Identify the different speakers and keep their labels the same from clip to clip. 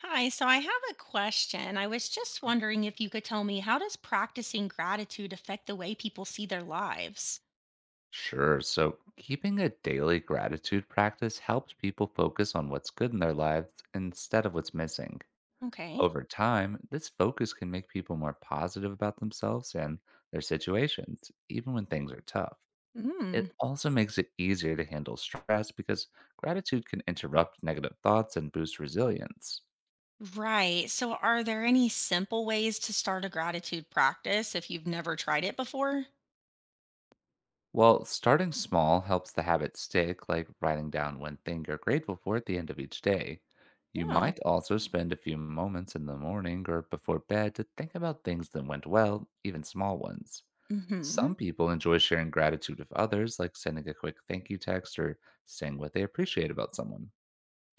Speaker 1: Hi, so I have a question. I was just wondering if you could tell me, how does practicing gratitude affect the way people see their lives?
Speaker 2: Sure. So, keeping a daily gratitude practice helps people focus on what's good in their lives instead of what's missing.
Speaker 1: Okay.
Speaker 2: Over time, this focus can make people more positive about themselves and their situations, even when things are tough. It
Speaker 1: Mm.
Speaker 2: also makes it easier to handle stress because gratitude can interrupt negative thoughts and boost resilience.
Speaker 1: Right. So are there any simple ways to start a gratitude practice if you've never tried it before?
Speaker 2: Well, starting small helps the habit stick, like writing down one thing you're grateful for at the end of each day. You
Speaker 1: No.
Speaker 2: might also spend a few moments in the morning or before bed to think about things that went well, even small ones.
Speaker 1: Mhm.
Speaker 2: Some people enjoy sharing gratitude with others, like sending a quick thank you text or saying what they appreciate about someone.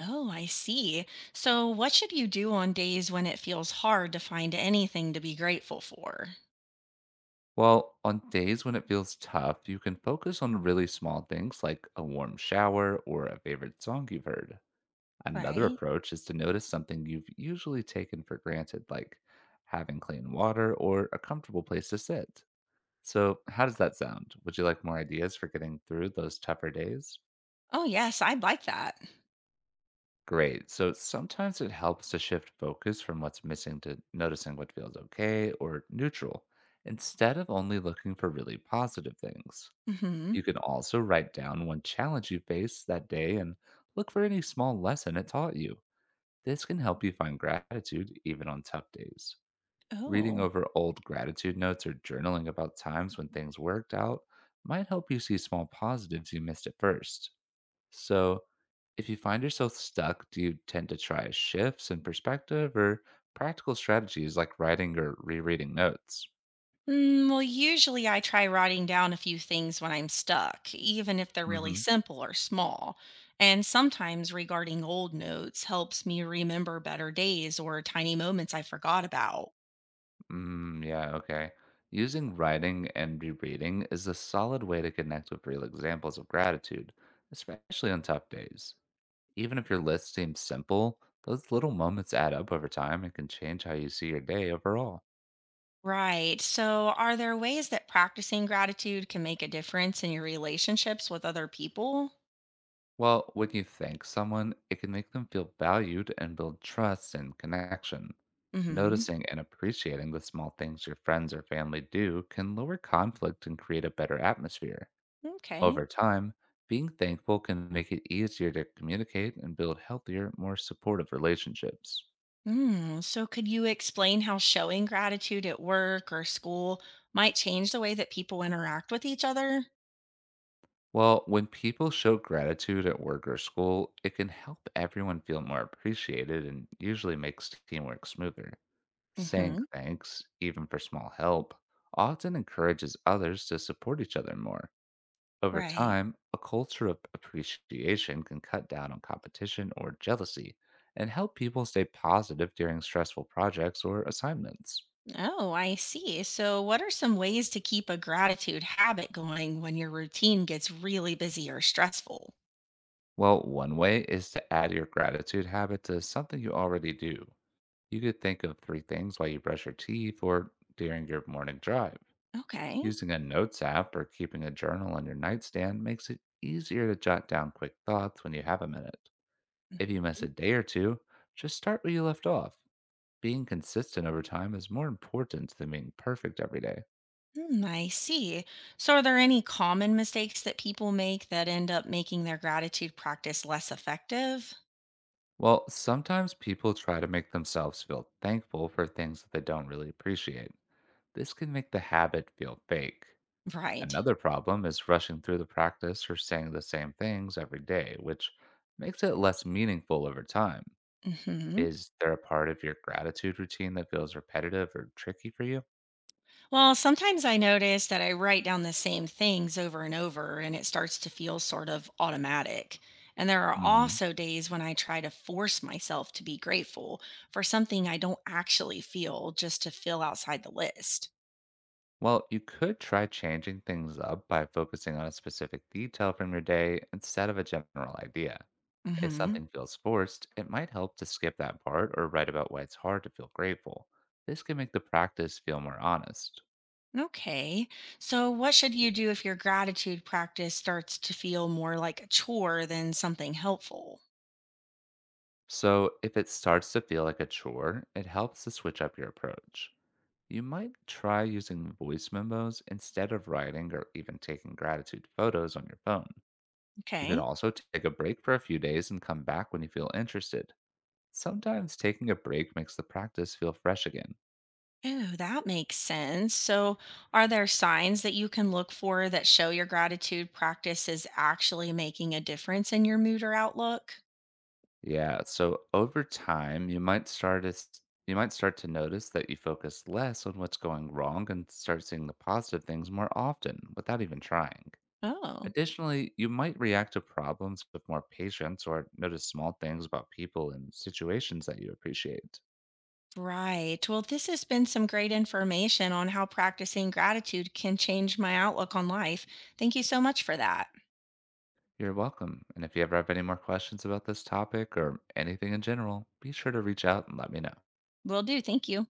Speaker 1: Oh, I see. So what should you do on days when it feels hard to find anything to be grateful for?
Speaker 2: Well, on days when it feels tough, you can focus on really small things like a warm shower or a favorite song you've heard. Another
Speaker 1: Right.
Speaker 2: approach is to notice something you've usually taken for granted, like having clean water or a comfortable place to sit. So, how does that sound? Would you like more ideas for getting through those tougher days?
Speaker 1: Oh, yes, I'd like that.
Speaker 2: Great. So, sometimes it helps to shift focus from what's missing to noticing what feels okay or neutral instead of only looking for really positive things.
Speaker 1: Mhm.
Speaker 2: You can also write down one challenge you faced that day and look for any small lesson it taught you. This can help you find gratitude even on tough days. Reading
Speaker 1: Oh.
Speaker 2: over old gratitude notes or journaling about times when things worked out might help you see small positives you missed at first. So, if you find yourself stuck, do you tend to try shifts in perspective or practical strategies like writing or rereading notes?
Speaker 1: Well, usually I try writing down a few things when I'm stuck, even if they're really
Speaker 2: hmm
Speaker 1: simple or small. And sometimes regarding old notes helps me remember better days or tiny moments I forgot about.
Speaker 2: yeah, Okay. Using writing and rereading is a solid way to connect with real examples of gratitude, especially on tough days. Even if your list seems simple, those little moments add up over time and can change how you see your day overall.
Speaker 1: Right. So, are there ways that practicing gratitude can make a difference in your relationships with other people?
Speaker 2: Well, when you thank someone, it can make them feel valued and build trust and connection.
Speaker 1: hmm
Speaker 2: Noticing and appreciating the small things your friends or family do can lower conflict and create a better atmosphere.
Speaker 1: Okay.
Speaker 2: Over time, being thankful can make it easier to communicate and build healthier, more supportive relationships.
Speaker 1: Mm, so, could you explain how showing gratitude at work or school might change the way that people interact with each other?
Speaker 2: Well, when people show gratitude at work or school, it can help everyone feel more appreciated and usually makes teamwork smoother. Saying
Speaker 1: hmm
Speaker 2: thanks, even for small help, often encourages others to support each other more. Over
Speaker 1: Right.
Speaker 2: time, a culture of appreciation can cut down on competition or jealousy and help people stay positive during stressful projects or assignments.
Speaker 1: Oh, I see. So, what are some ways to keep a gratitude habit going when your routine gets really busy or stressful?
Speaker 2: Well, one way is to add your gratitude habit to something you already do. You could think of three things while you brush your teeth or during your morning drive.
Speaker 1: Okay.
Speaker 2: Using a notes app or keeping a journal on your nightstand makes it easier to jot down quick thoughts when you have a minute. If you miss a day or two, just start where you left off. Being consistent over time is more important than being perfect every day.
Speaker 1: Hmm, I see. So, are there any common mistakes that people make that end up making their gratitude practice less effective?
Speaker 2: Well, sometimes people try to make themselves feel thankful for things that they don't really appreciate. This can make the habit feel fake.
Speaker 1: Right.
Speaker 2: Another problem is rushing through the practice or saying the same things every day, which makes it less meaningful over time.
Speaker 1: hmm
Speaker 2: Is there a part of your gratitude routine that feels repetitive or tricky for you?
Speaker 1: Well, sometimes I notice that I write down the same things over and over and it starts to feel sort of automatic. And there are
Speaker 2: hmm
Speaker 1: also days when I try to force myself to be grateful for something I don't actually feel just to feel outside the list.
Speaker 2: Well, you could try changing things up by focusing on a specific detail from your day instead of a general idea. If
Speaker 1: Mhm.
Speaker 2: something feels forced, it might help to skip that part or write about why it's hard to feel grateful. This can make the practice feel more honest.
Speaker 1: Okay. So what should you do if your gratitude practice starts to feel more like a chore than something helpful?
Speaker 2: So, if it starts to feel like a chore, it helps to switch up your approach. You might try using voice memos instead of writing or even taking gratitude photos on your phone. You could
Speaker 1: Okay.
Speaker 2: also take a break for a few days and come back when you feel interested. Sometimes taking a break makes the practice feel fresh again.
Speaker 1: Oh, that makes sense. So, are there signs that you can look for that show your gratitude practice is actually making a difference in your mood or outlook?
Speaker 2: Yeah, so over time, you might start to notice that you focus less on what's going wrong and start seeing the positive things more often without even trying.
Speaker 1: Oh,
Speaker 2: Additionally, you might react to problems with more patience or notice small things about people and situations that you appreciate.
Speaker 1: right. Well, this has been some great information on how practicing gratitude can change my outlook on life. Thank you so much for that.
Speaker 2: You're welcome. And if you ever have any more questions about this topic or anything in general, be sure to reach out and let me know.
Speaker 1: Will do. Thank you.